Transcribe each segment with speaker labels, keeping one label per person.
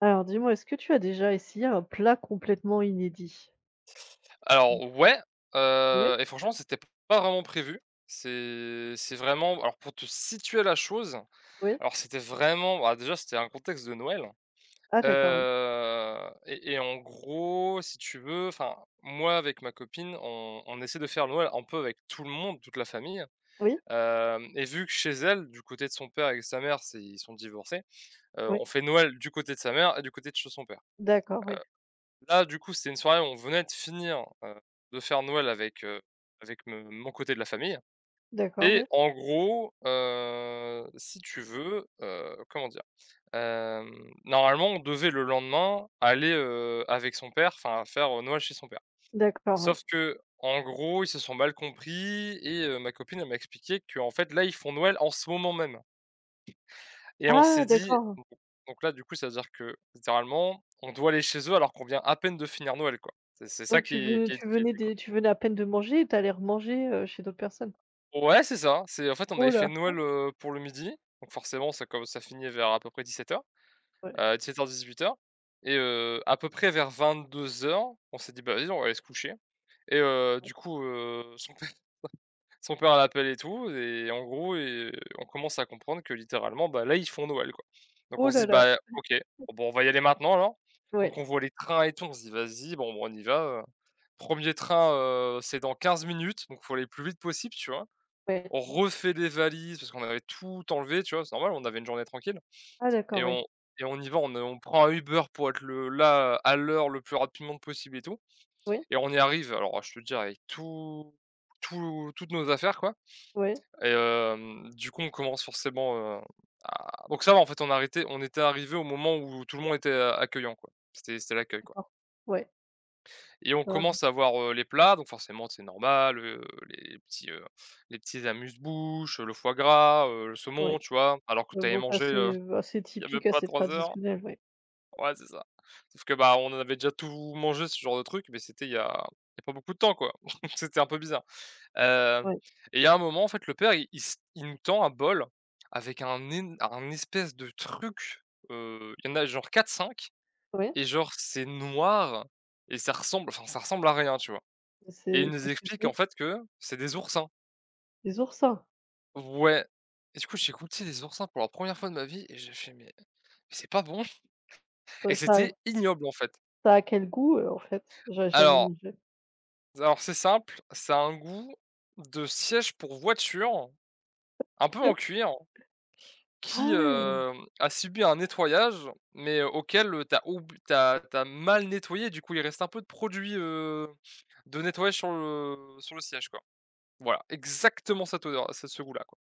Speaker 1: Alors dis-moi, est-ce que tu as déjà essayé un plat complètement inédit?
Speaker 2: Alors ouais,
Speaker 1: Ouais,
Speaker 2: et franchement, c'était pas vraiment prévu. C'est vraiment, alors pour te situer la chose,
Speaker 1: oui.
Speaker 2: alors c'était vraiment, bah, déjà, c'était un contexte de Noël.
Speaker 1: Ah d'accord, oui.
Speaker 2: Et en gros, si tu veux, enfin, moi avec ma copine, on essaie de faire Noël un peu avec tout le monde, toute la famille,
Speaker 1: Oui,
Speaker 2: hem et vu que chez elle, du côté de son père et de sa mère, c'est ils sont divorcés.
Speaker 1: oui.
Speaker 2: On fait Noël du côté de sa mère et du côté de chez son père.
Speaker 1: D'accord, oui.
Speaker 2: Là, du coup, c'était une soirée où on venait de finir, de faire Noël avec, avec me mon côté de la famille,
Speaker 1: D'accord,
Speaker 2: et
Speaker 1: oui.
Speaker 2: en gros, si tu veux, comment dire? Normalement, on devait le lendemain aller, avec son père, enfin faire, Noël chez son père.
Speaker 1: D'accord, oui.
Speaker 2: Sauf que, en gros, ils se sont mal compris et ma copine, elle m'a expliqué qu'en fait, là, ils font Noël en ce moment même. Et on
Speaker 1: Ah
Speaker 2: s'est dit
Speaker 1: d'accord.
Speaker 2: bon, donc là, du coup, ça veut dire que littéralement, on doit aller chez eux alors qu'on vient à peine de finir Noël, quoi. C'est ça
Speaker 1: Donc
Speaker 2: qui
Speaker 1: tu
Speaker 2: est
Speaker 1: ve
Speaker 2: qui est dit,
Speaker 1: tu venais
Speaker 2: quoi.
Speaker 1: des tu venais à peine de manger et tu allais remanger, chez d'autres personnes?
Speaker 2: Ouais, c'est ça. C'est, en fait, on
Speaker 1: Oh
Speaker 2: avait fait
Speaker 1: là!
Speaker 2: Noël, pour le midi, donc forcément, ça comme ça finit vers à peu près 17:00,
Speaker 1: Ouais.
Speaker 2: 17:00-18:00 et à peu près vers 22:00, on s'est dit: «Bah, vas-y, on va aller se coucher» et du coup, son père l'appelle et tout, et en gros et on commence à comprendre que littéralement, bah, là, ils font Noël, quoi. Donc
Speaker 1: Oh
Speaker 2: on se
Speaker 1: là
Speaker 2: dit:
Speaker 1: là!
Speaker 2: «Bah, OK, bon, on va y aller maintenant alors».
Speaker 1: Oui.
Speaker 2: Donc on voit les trains et tout, on se dit: «Vas-y, bon, bah, on y va, heu». Train, c'est dans 15 minutes, donc faut aller le plus vite possible, tu vois?
Speaker 1: Oui.
Speaker 2: On refait les valises parce qu'on avait tout enlevé, tu vois? C'est normal, on avait une journée tranquille
Speaker 1: Ah d'accord,
Speaker 2: et
Speaker 1: oui.
Speaker 2: on et on y va, on prend un Uber pour être le là, à l'heure, le plus rapidement possible et tout,
Speaker 1: Oui,
Speaker 2: et on y arrive, alors je te dis avec toutes nos affaires, quoi,
Speaker 1: oui.
Speaker 2: et du coup, on commence forcément, à donc ça va, en fait, on a arrêté on était arrivé au moment où tout le monde était, accueillant, quoi. C'était l'accueil, quoi,
Speaker 1: D'accord. Oui.
Speaker 2: et on
Speaker 1: Ah,
Speaker 2: commence à voir, les plats. Donc forcément, c'est normal, les petits, heu, les petits amuse-bouches, le foie gras, le
Speaker 1: ouais.
Speaker 2: saumon, tu vois? Alors que tu avais
Speaker 1: Donc
Speaker 2: mangé,
Speaker 1: assez, assez
Speaker 2: il y avait
Speaker 1: typique,
Speaker 2: pas
Speaker 1: assez
Speaker 2: 3 heures.
Speaker 1: traditionnel, oui.
Speaker 2: Ouais, c'est ça. Sauf que, bah, on en avait déjà tout mangé, ce genre de truc, mais c'était il y a pas beaucoup de temps, quoi. C'était un peu bizarre. Heu
Speaker 1: Oui.
Speaker 2: et il y a un moment, en fait, le père, il nous tend un bol avec un espèce de truc, il y en a genre quatre-cinq
Speaker 1: Oui.
Speaker 2: et genre c'est noir et ça ressemble, enfin, ça ressemble à rien, tu vois? Et il
Speaker 1: C'est,
Speaker 2: nous
Speaker 1: qu'est-ce que
Speaker 2: explique, en
Speaker 1: c'est?
Speaker 2: fait, que c'est des oursins.
Speaker 1: Des oursins?
Speaker 2: Ouais, et du coup, j'ai goûté des oursins pour la première fois de ma vie et j'ai fait: «Mais c'est pas bon» et
Speaker 1: Heu, ça
Speaker 2: c'était ignoble, en fait.
Speaker 1: Ça a quel goût, en fait? J'aurais jamais
Speaker 2: Alors
Speaker 1: mangé.
Speaker 2: alors, c'est simple, ça a un goût de siège pour voiture, un peu en cuir.
Speaker 1: Ah
Speaker 2: Qui,
Speaker 1: ouais,
Speaker 2: a subi un nettoyage, mais auquel, tu as oub tu mal nettoyé, du coup, il reste un peu de produit, de nettoyage sur le siège, quoi. Voilà, exactement cette odeur, ce goût-là, quoi.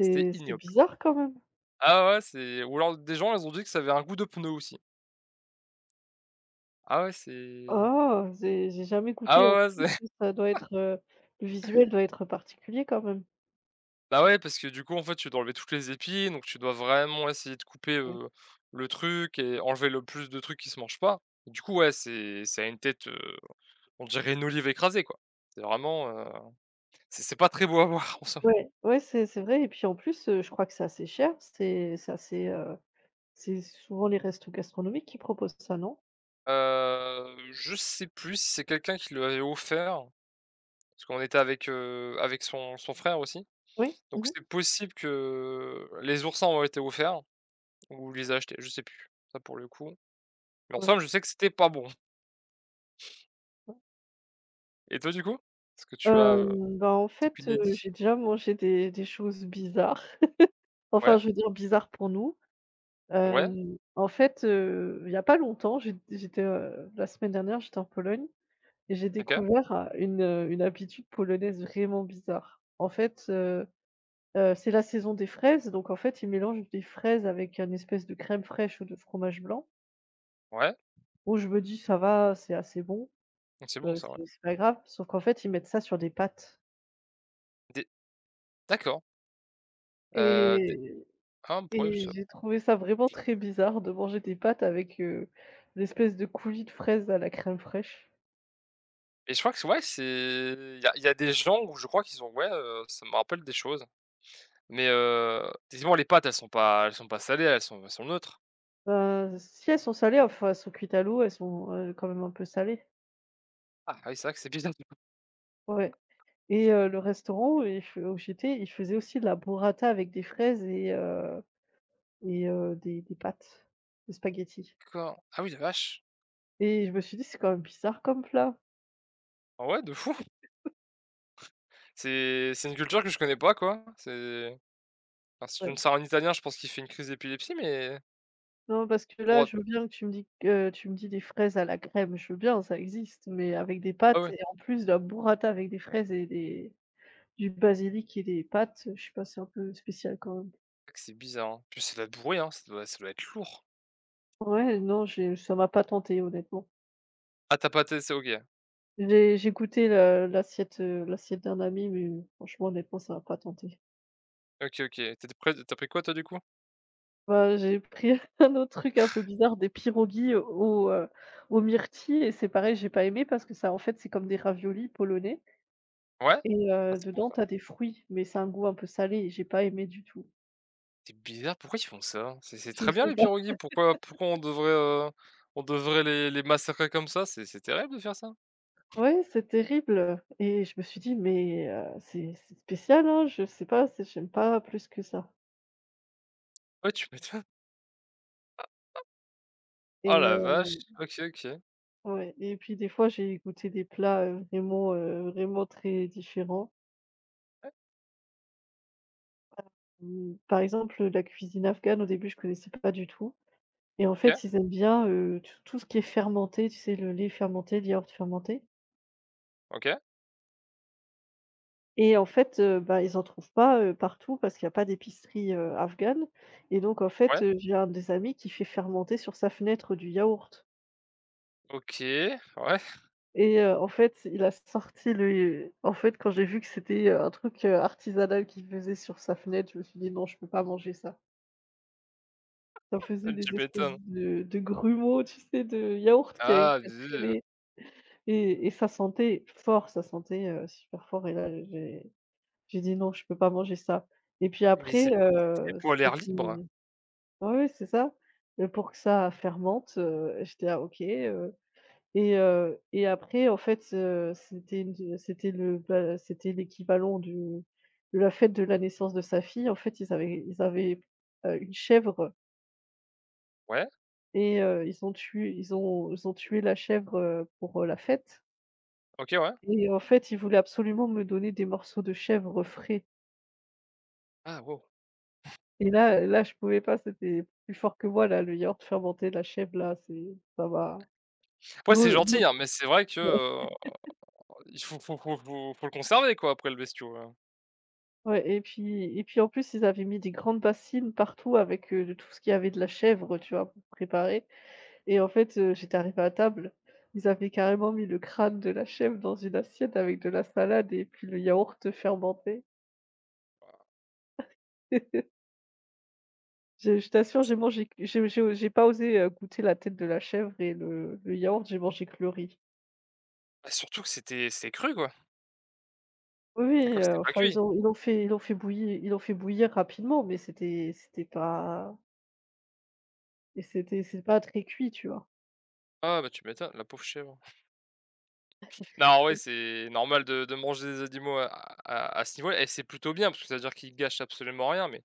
Speaker 2: C'était
Speaker 1: c'est
Speaker 2: ignoble.
Speaker 1: bizarre quand même.
Speaker 2: Ah ouais, ouais, c'est ou alors des gens, ils ont dit que ça avait un goût de pneu aussi. Ah ouais, c'est
Speaker 1: Oh, j'ai jamais
Speaker 2: ah
Speaker 1: goûté en
Speaker 2: ouais, ouais,
Speaker 1: plus,
Speaker 2: c'est
Speaker 1: ça doit être, le visuel doit être particulier quand même.
Speaker 2: bah ouais, parce que, du coup, en fait, tu dois enlever toutes les épines, donc tu dois vraiment essayer de couper,
Speaker 1: Ouais.
Speaker 2: le truc et enlever le plus de trucs qui se mangent pas. Du coup, ouais, c'est ça a une tête, on dirait une olive écrasée, quoi. C'est vraiment, c'est pas très beau à voir, en somme.
Speaker 1: Ouais, ouais, c'est vrai et puis en plus, je crois que c'est assez cher. C'est assez, c'est souvent les restos gastronomiques qui proposent ça, non?
Speaker 2: Je sais plus si c'est quelqu'un qui lui avait offert, parce qu'on était avec, avec son frère aussi,
Speaker 1: Oui? Mmh
Speaker 2: donc
Speaker 1: mh.
Speaker 2: c'est possible que les oursins ont été offerts ou les a achetés, je sais plus, ça, pour le coup. Mais en
Speaker 1: Ouais,
Speaker 2: somme, je sais que c'était pas bon.
Speaker 1: ouais.
Speaker 2: Et toi, du coup? Est-ce que tu as,
Speaker 1: Bah, en
Speaker 2: ce
Speaker 1: fait,
Speaker 2: qu'il a dit?
Speaker 1: j'ai déjà mangé des choses bizarres. Enfin,
Speaker 2: Ouais,
Speaker 1: je veux dire bizarres pour nous.
Speaker 2: ouais,
Speaker 1: En fait, il y a pas longtemps, j'étais, la semaine dernière, j'étais en Pologne et j'ai
Speaker 2: OK,
Speaker 1: découvert, une habitude polonaise vraiment bizarre. En fait, c'est la saison des fraises, donc en fait, ils mélangent des fraises avec une espèce de crème fraîche ou de fromage blanc.
Speaker 2: ouais,
Speaker 1: Bon, je me dis: «Ça va, c'est assez bon,
Speaker 2: donc c'est bon ça, ouais.
Speaker 1: c'est pas grave», sauf qu'en fait, ils mettent ça sur des pâtes
Speaker 2: Des D'accord, heu, des
Speaker 1: et
Speaker 2: pour eux,
Speaker 1: et
Speaker 2: ça-.
Speaker 1: j'ai trouvé ça vraiment très bizarre de manger des pâtes avec, l'espèce de coulis de fraises à la crème fraîche.
Speaker 2: Et je crois que c'est ouais, c'est il y a des gens où je crois qu'ils ont ça me rappelle des choses. Mais, effectivement, les pâtes, elles sont pas salées, elles sont neutres.
Speaker 1: Bah, si elles sont salées, enfin, elles sont cuites à l'eau, elles sont, quand même un peu salées.
Speaker 2: Ah oui, c'est vrai que c'est bizarre.
Speaker 1: Ouais et le restaurant où j'étais, il faisait aussi de la burrata avec des fraises et des pâtes, des spaghettis
Speaker 2: D'accord. Ah oui, la vache.
Speaker 1: et je me suis dit: «C'est quand même bizarre comme plat».
Speaker 2: Ah ouais, de fou. C'est une culture que je connais pas, quoi. Si je
Speaker 1: Ouais.
Speaker 2: me sers un italien, je pense qu'il fait une crise d'épilepsie, mais
Speaker 1: Non, parce que
Speaker 2: pour
Speaker 1: là,
Speaker 2: autre
Speaker 1: je veux bien que tu me dis que tu me dis des fraises à la crème, je veux bien, ça existe, mais avec des
Speaker 2: ah
Speaker 1: pâtes
Speaker 2: ouais,
Speaker 1: et en plus de la burrata avec des fraises et des du basilic et des pâtes, je sais pas, c'est un peu spécial quand même.
Speaker 2: c'est vrai que c'est bizarre, hein. Puis ça doit être bourré, hein, ça doit être lourd.
Speaker 1: Ouais, non, j'ai ça m'a pas tenté honnêtement.
Speaker 2: Ah, tu as pas testé, OK.
Speaker 1: J'ai goûté l'assiette d'un ami, mais franchement honnêtement ça m'a pas tenté.
Speaker 2: OK, OK. Tu as pris quoi, toi, du coup?
Speaker 1: Bah, j'ai pris un autre truc un peu bizarre, des pierogies au aux myrtilles et c'est pareil, j'ai pas aimé parce que ça en fait, c'est comme des raviolis polonais
Speaker 2: Ouais?
Speaker 1: et
Speaker 2: Ah, c'est bon
Speaker 1: dedans
Speaker 2: ça.
Speaker 1: t'as des fruits, mais c'est un goût un peu salé et j'ai pas aimé du tout.
Speaker 2: C'est bizarre, pourquoi ils font ça? C'est
Speaker 1: Je
Speaker 2: très bien
Speaker 1: sais
Speaker 2: les
Speaker 1: pas.
Speaker 2: pirogues, pourquoi on devrait les massacrer comme ça? C'est terrible de faire ça.
Speaker 1: Ouais, c'est terrible et je me suis dit: «Mais c'est spécial, hein, je sais pas, c'est j'aime pas plus que ça»
Speaker 2: Ouais, tu m'étonnes. Oh
Speaker 1: et
Speaker 2: la vache! OK, OK.
Speaker 1: ouais et puis des fois, j'ai goûté des plats, vraiment très différents.
Speaker 2: Ouais,
Speaker 1: Mmh, par exemple, la cuisine afghane, au début, je connaissais pas du tout et en
Speaker 2: OK,
Speaker 1: fait, ils aiment bien, tout tout ce qui est fermenté, tu sais, le lait fermenté, le yaourt fermenté
Speaker 2: OK,
Speaker 1: et en fait, bah, ils en trouvent pas, partout parce qu'il y a pas d'épicerie, afghane et donc en fait,
Speaker 2: ouais,
Speaker 1: j'ai un des amis qui fait fermenter sur sa fenêtre du yaourt.
Speaker 2: OK, ouais,
Speaker 1: Et en fait, il a sorti le en fait, quand j'ai vu que c'était, un truc, artisanal qu'il faisait sur sa fenêtre, je me suis dit: «Non, je peux pas manger ça». Ça faisait
Speaker 2: tu
Speaker 1: des espèces
Speaker 2: m'étonnes.
Speaker 1: de grumeaux, tu sais, de yaourt qui a qui
Speaker 2: Ah
Speaker 1: a
Speaker 2: zut!
Speaker 1: traîné et ça sentait fort, ça sentait, super fort et là, j'ai dit: «Non, je peux pas manger ça» et puis
Speaker 2: Mais
Speaker 1: après,
Speaker 2: c'est pour l'air libre?
Speaker 1: c'était ouais, ouais, c'est ça, pour que ça fermente, j'étais ah «OK, et et après en fait, c'était c'était l'équivalent du de la fête de la naissance de sa fille. En fait, ils avaient une chèvre
Speaker 2: Ouais,
Speaker 1: et ils ont tué la chèvre, pour la fête
Speaker 2: OK, ouais.
Speaker 1: et en fait, ils voulaient absolument me donner des morceaux de chèvre frais
Speaker 2: Ah wow.
Speaker 1: et là, je pouvais pas, c'était plus fort que moi là, le yaourt fermenté, la chèvre là, c'est ça va.
Speaker 2: Ouais,
Speaker 1: l'eau
Speaker 2: c'est
Speaker 1: l'eau
Speaker 2: gentil, hein, mais c'est vrai que, il faut le conserver, quoi, après le bestiau, hein.
Speaker 1: Ouais et puis en plus ils avaient mis des grandes bassines partout avec, de tout ce qu'il y avait de la chèvre, tu vois, pour préparer et en fait, j'étais arrivée à table, ils avaient carrément mis le crâne de la chèvre dans une assiette avec de la salade et puis le yaourt fermenté. Je t'assure, j'ai mangé que j'ai pas osé, goûter la tête de la chèvre et le yaourt, j'ai mangé que le riz.
Speaker 2: Bah, surtout que c'était cru, quoi,
Speaker 1: Oui, oui,
Speaker 2: d'accord? C'était pas
Speaker 1: enfin
Speaker 2: cuit.
Speaker 1: ils l'ont fait bouillir rapidement mais c'était pas et c'est pas très cuit, tu vois?
Speaker 2: Ah bah, tu m'étonnes, la pauvre chèvre. Non, ouais, c'est normal de manger des animaux à ce niveau-là, et c'est plutôt bien parce que ça veut dire qu'ils gâchent absolument rien, mais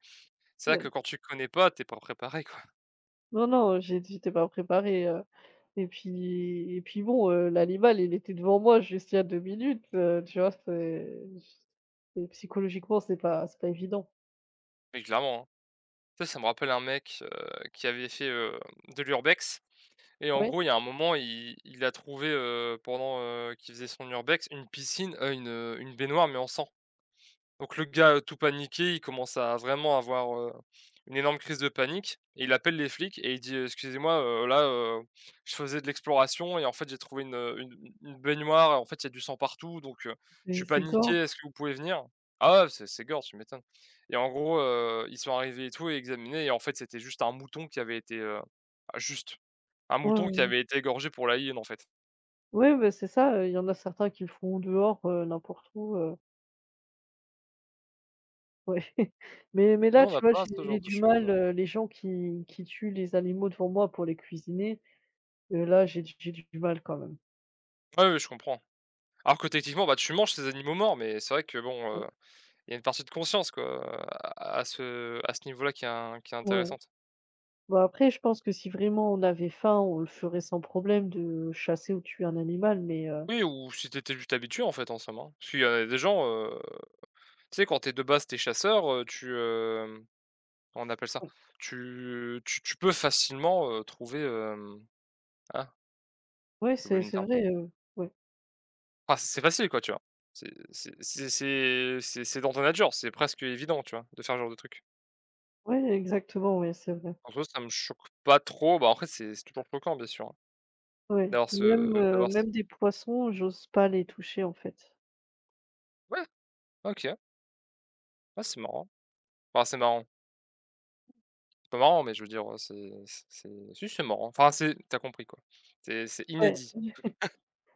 Speaker 2: c'est vrai que
Speaker 1: Ouais.
Speaker 2: quand tu connais pas, t'es pas préparé, quoi.
Speaker 1: Non, non, j'étais pas préparée, et puis bon, l'animal, il était devant moi juste il y a 2 minutes, tu vois? C'est psychologiquement, c'est pas évident.
Speaker 2: Mais clairement, hein. Tu Ça me rappelle un mec, qui avait fait, de l'urbex, et en
Speaker 1: Ouais,
Speaker 2: gros, il y a un moment, il a trouvé, pendant, qu'il faisait son urbex, une piscine, une baignoire mais en sang. Donc le gars, tout paniqué, il commence à vraiment avoir, une énorme crise de panique, et il appelle les flics et il dit: «Excusez-moi, là, je faisais de l'exploration et en fait j'ai trouvé une, une baignoire et en fait il y a du sang partout, donc, je suis
Speaker 1: c'est
Speaker 2: paniqué, est-ce
Speaker 1: gore.
Speaker 2: que vous pouvez venir?» Ah ouais, c'est gore, tu m'étonnes. Et en gros, ils sont arrivés et tout et examinés, et en fait c'était juste un mouton qui avait été, ah juste, un
Speaker 1: Ouais,
Speaker 2: mouton qui
Speaker 1: ouais.
Speaker 2: avait été égorgé pour la hyène, en fait.
Speaker 1: Ouais, bah, c'est ça, il y en a certains qui le font dehors, n'importe où, ouais. Mais là,
Speaker 2: Non, on n'a
Speaker 1: tu vois,
Speaker 2: pas ce
Speaker 1: j'ai
Speaker 2: genre de
Speaker 1: du
Speaker 2: choses,
Speaker 1: mal, les gens qui tuent les animaux devant moi pour les cuisiner, là, j'ai du mal quand même.
Speaker 2: ouais, ouais, je comprends. Alors que techniquement, bah, tu manges ces animaux morts, mais c'est vrai que bon,
Speaker 1: Ouais.
Speaker 2: il y a une partie de conscience, quoi, à à ce niveau-là qui est in qui est
Speaker 1: Ouais.
Speaker 2: intéressante.
Speaker 1: Bah, après, je pense que si vraiment on avait faim, on le ferait sans problème de chasser ou tuer un animal, mais
Speaker 2: Oui, ou si t'étais juste habitué, en fait, en somme, hein. Parce qu'il y en a des gens, tu sais, quand t'es de base t'es chasseur, on appelle ça?
Speaker 1: ouais,
Speaker 2: Tu peux facilement, trouver, ah,
Speaker 1: ouais,
Speaker 2: j'ai oublié le
Speaker 1: c'est
Speaker 2: terme.
Speaker 1: vrai, ouais.
Speaker 2: Ah, c'est facile, quoi, tu vois? C'est dans ta nature, c'est presque évident, tu vois? De faire ce genre de truc.
Speaker 1: Ouais, exactement, ouais, c'est vrai.
Speaker 2: En soi, ça me choque pas trop, bah, après c'est toujours choquant, bien sûr, hein,
Speaker 1: Ouais,
Speaker 2: d'avoir ce
Speaker 1: même,
Speaker 2: d'avoir ce,
Speaker 1: même des poissons, j'ose pas les toucher, en fait.
Speaker 2: ouais, OK, ah c'est marrant. Enfin, c'est marrant, pas marrant, mais je veux dire, c'est c'est si c'est marrant. Enfin, c'est tu compris, quoi. C'est
Speaker 1: Ouais.
Speaker 2: inédit.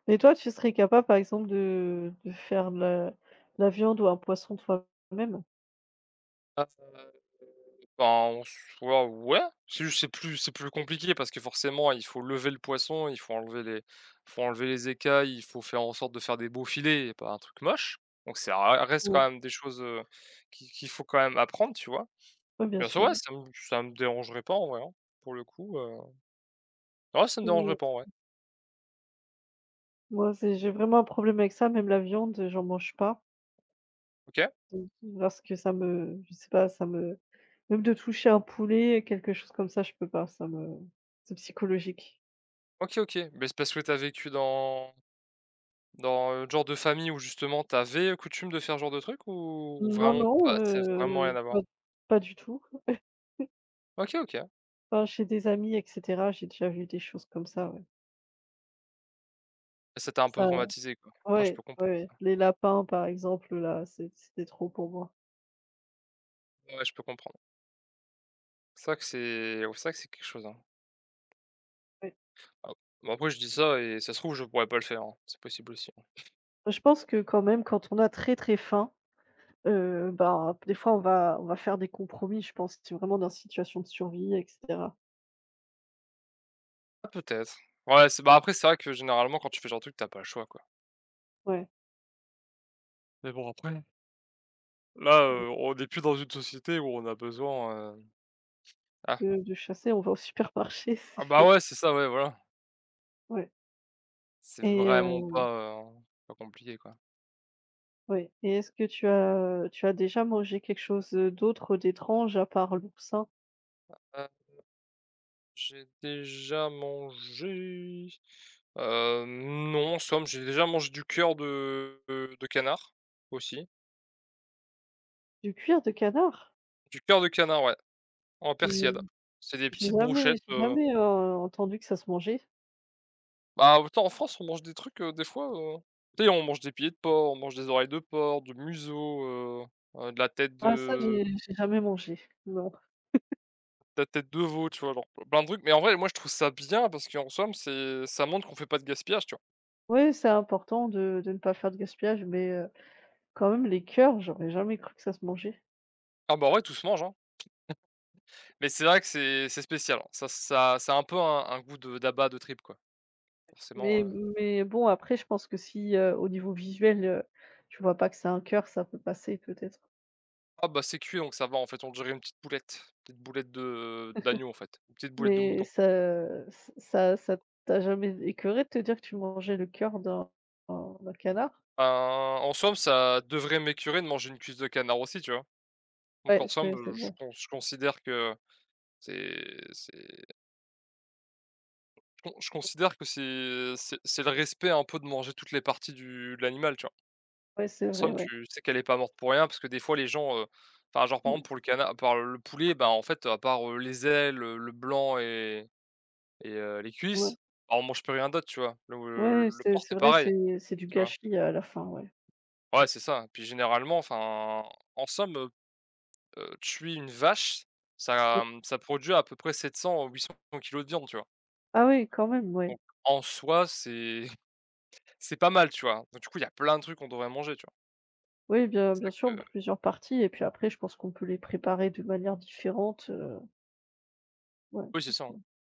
Speaker 1: Mais toi, tu serais capable, par exemple, de faire la la viande ou un poisson toi-même?
Speaker 2: Ah, ben, en soi, ouais, ouais. C'est plus compliqué parce que forcément, il faut lever le poisson, il faut enlever les écailles, il faut faire en sorte de faire des beaux filets et pas un truc moche. Donc ça re reste quand
Speaker 1: Ouais.
Speaker 2: même des choses, qui qu'il faut quand même apprendre, tu vois?
Speaker 1: Ouais, bien
Speaker 2: Bien sûr,
Speaker 1: sûr.
Speaker 2: ouais, ça me dérangerait pas en vrai, hein, pour le coup, ouais, ça me
Speaker 1: Ouais.
Speaker 2: dérangerait pas en vrai.
Speaker 1: Moi, c'est j'ai vraiment un problème avec ça, même la viande, j'en mange pas.
Speaker 2: OK.
Speaker 1: Mmh, parce que ça me je sais pas, ça me même de toucher un poulet, quelque chose comme ça, je peux pas, ça me c'est psychologique.
Speaker 2: OK, OK. Mais c'est parce que t'as vécu dans, le genre de famille où justement t'avais coutume de faire ce genre de truc, ou
Speaker 1: Non,
Speaker 2: vraiment
Speaker 1: non,
Speaker 2: pas? C'est vraiment rien à
Speaker 1: pas
Speaker 2: voir?
Speaker 1: pas du tout.
Speaker 2: OK, OK.
Speaker 1: Enfin, chez des amis et cetera, j'ai déjà vu des choses comme ça, ouais.
Speaker 2: Ça t'a un peu
Speaker 1: Ça
Speaker 2: traumatisé, quoi? Moi, je
Speaker 1: Ouais,
Speaker 2: peux comprendre.
Speaker 1: ouais, les lapins, par exemple, là, c'est c'était trop pour moi.
Speaker 2: Ouais, je peux comprendre. C'est vrai que c'est quelque chose, hein.
Speaker 1: Ouais.
Speaker 2: Ah bah, après je dis ça et ça se trouve je pourrais pas le faire, hein. C'est possible aussi, hein.
Speaker 1: Je pense que quand même, quand on a très, très faim, bah, des fois, on va faire des compromis, je pense. C'est vraiment dans une situation de survie et cetera.
Speaker 2: Ah, peut-être. Ouais, c'est bah, après c'est vrai que généralement quand tu fais ce genre de truc, t'as pas le choix, quoi.
Speaker 1: Ouais.
Speaker 2: Mais bon, après, là, on n'est plus dans une société où on a besoinah.
Speaker 1: De chasser, on va au supermarché, c'est
Speaker 2: Ah bah,
Speaker 1: fait.
Speaker 2: ouais, c'est ça, ouais, voilà.
Speaker 1: Ouais
Speaker 2: C'est
Speaker 1: et
Speaker 2: vraiment pas, pas compliqué, quoi.
Speaker 1: ouais et est-ce que tu as déjà mangé quelque chose, d'autre d'étrange à part l'oursin?
Speaker 2: J'ai déjà mangé, non, en somme, j'ai déjà mangé du cœur de canard, aussi.
Speaker 1: Du cuir de canard?
Speaker 2: Du cœur de canard, ouais, en
Speaker 1: J'ai
Speaker 2: persillade. C'est des
Speaker 1: j'ai
Speaker 2: petites
Speaker 1: jamais
Speaker 2: brochettes,
Speaker 1: j'ai
Speaker 2: heu,
Speaker 1: jamais, heu, entendu que ça se mangeait.
Speaker 2: Bah, autant en France, on mange des trucs, des fois, heu, tu sais, on mange des pieds de porc, on mange des oreilles de porc, du museau, heu heu, de la tête
Speaker 1: Ah ça,
Speaker 2: de
Speaker 1: j'ai jamais mangé, non.
Speaker 2: de la tête de veau, tu vois? Genre plein de trucs, mais en vrai, moi, je trouve ça bien parce qu'en somme, c'est ça montre qu'on fait pas de gaspillage, tu vois?
Speaker 1: Ouais, c'est important de ne pas faire de gaspillage, mais quand même les cœurs, j'aurais jamais cru que ça se mangeait.
Speaker 2: Ah, bah, ouais, tout se mange, hein. Mais c'est vrai que c'est spécial, hein. Ça a un peu un goût de d'abat, de tripes, quoi. Forcément:
Speaker 1: Mais mais bon, après, je pense que si, au niveau visuel, tu vois pas que c'est un cœur, ça peut passer peut-être.
Speaker 2: «Ah bah, c'est cuit, donc ça va, en fait, on dirait une petite boulette, de d'agneau, en fait, une petite boulette de
Speaker 1: Mais
Speaker 2: mouton».
Speaker 1: ça, ça ça t'a jamais écœuré de te dire que tu mangeais le cœur d'un d'un canard?
Speaker 2: Ben, en somme, ça devrait m'écurer de manger une cuisse de canard aussi, tu vois? Donc,
Speaker 1: Ouais,
Speaker 2: en somme,
Speaker 1: c'est vrai.
Speaker 2: je considère que c'est je con je considère que c'est le respect un peu de manger toutes les parties du de l'animal, tu vois?
Speaker 1: Ouais, c'est
Speaker 2: En
Speaker 1: vrai,
Speaker 2: somme,
Speaker 1: ouais.
Speaker 2: tu sais qu'elle est pas morte pour rien parce que des fois les gens, enfin, genre par
Speaker 1: Ouais,
Speaker 2: exemple, pour le canard, par le poulet, bah, en fait, à part, les ailes, le blanc et les
Speaker 1: ouais.
Speaker 2: cuisses, bah, on mange plus rien d'autre, tu vois?
Speaker 1: Ouais,
Speaker 2: Le porc,
Speaker 1: c'est
Speaker 2: c'est
Speaker 1: vrai,
Speaker 2: pareil,
Speaker 1: c'est du
Speaker 2: tu vois?
Speaker 1: gâchis à la fin, ouais.
Speaker 2: Ouais, c'est ça. Puis généralement, enfin, en somme, tuer une vache,
Speaker 1: Ouais.
Speaker 2: ça, ça produit à peu près 700-800 kg de viande, tu vois?
Speaker 1: Ah oui, quand même, ouais.
Speaker 2: Donc, en soi, c'est c'est pas mal, tu vois? Donc, du coup, il y a plein de trucs qu'on devrait manger, tu vois?
Speaker 1: Oui, bien
Speaker 2: C'est
Speaker 1: bien
Speaker 2: ça
Speaker 1: sûr,
Speaker 2: que
Speaker 1: plusieurs parties et puis après, je pense qu'on peut les préparer de manière différente, ouais.
Speaker 2: Oui, c'est ça, hein.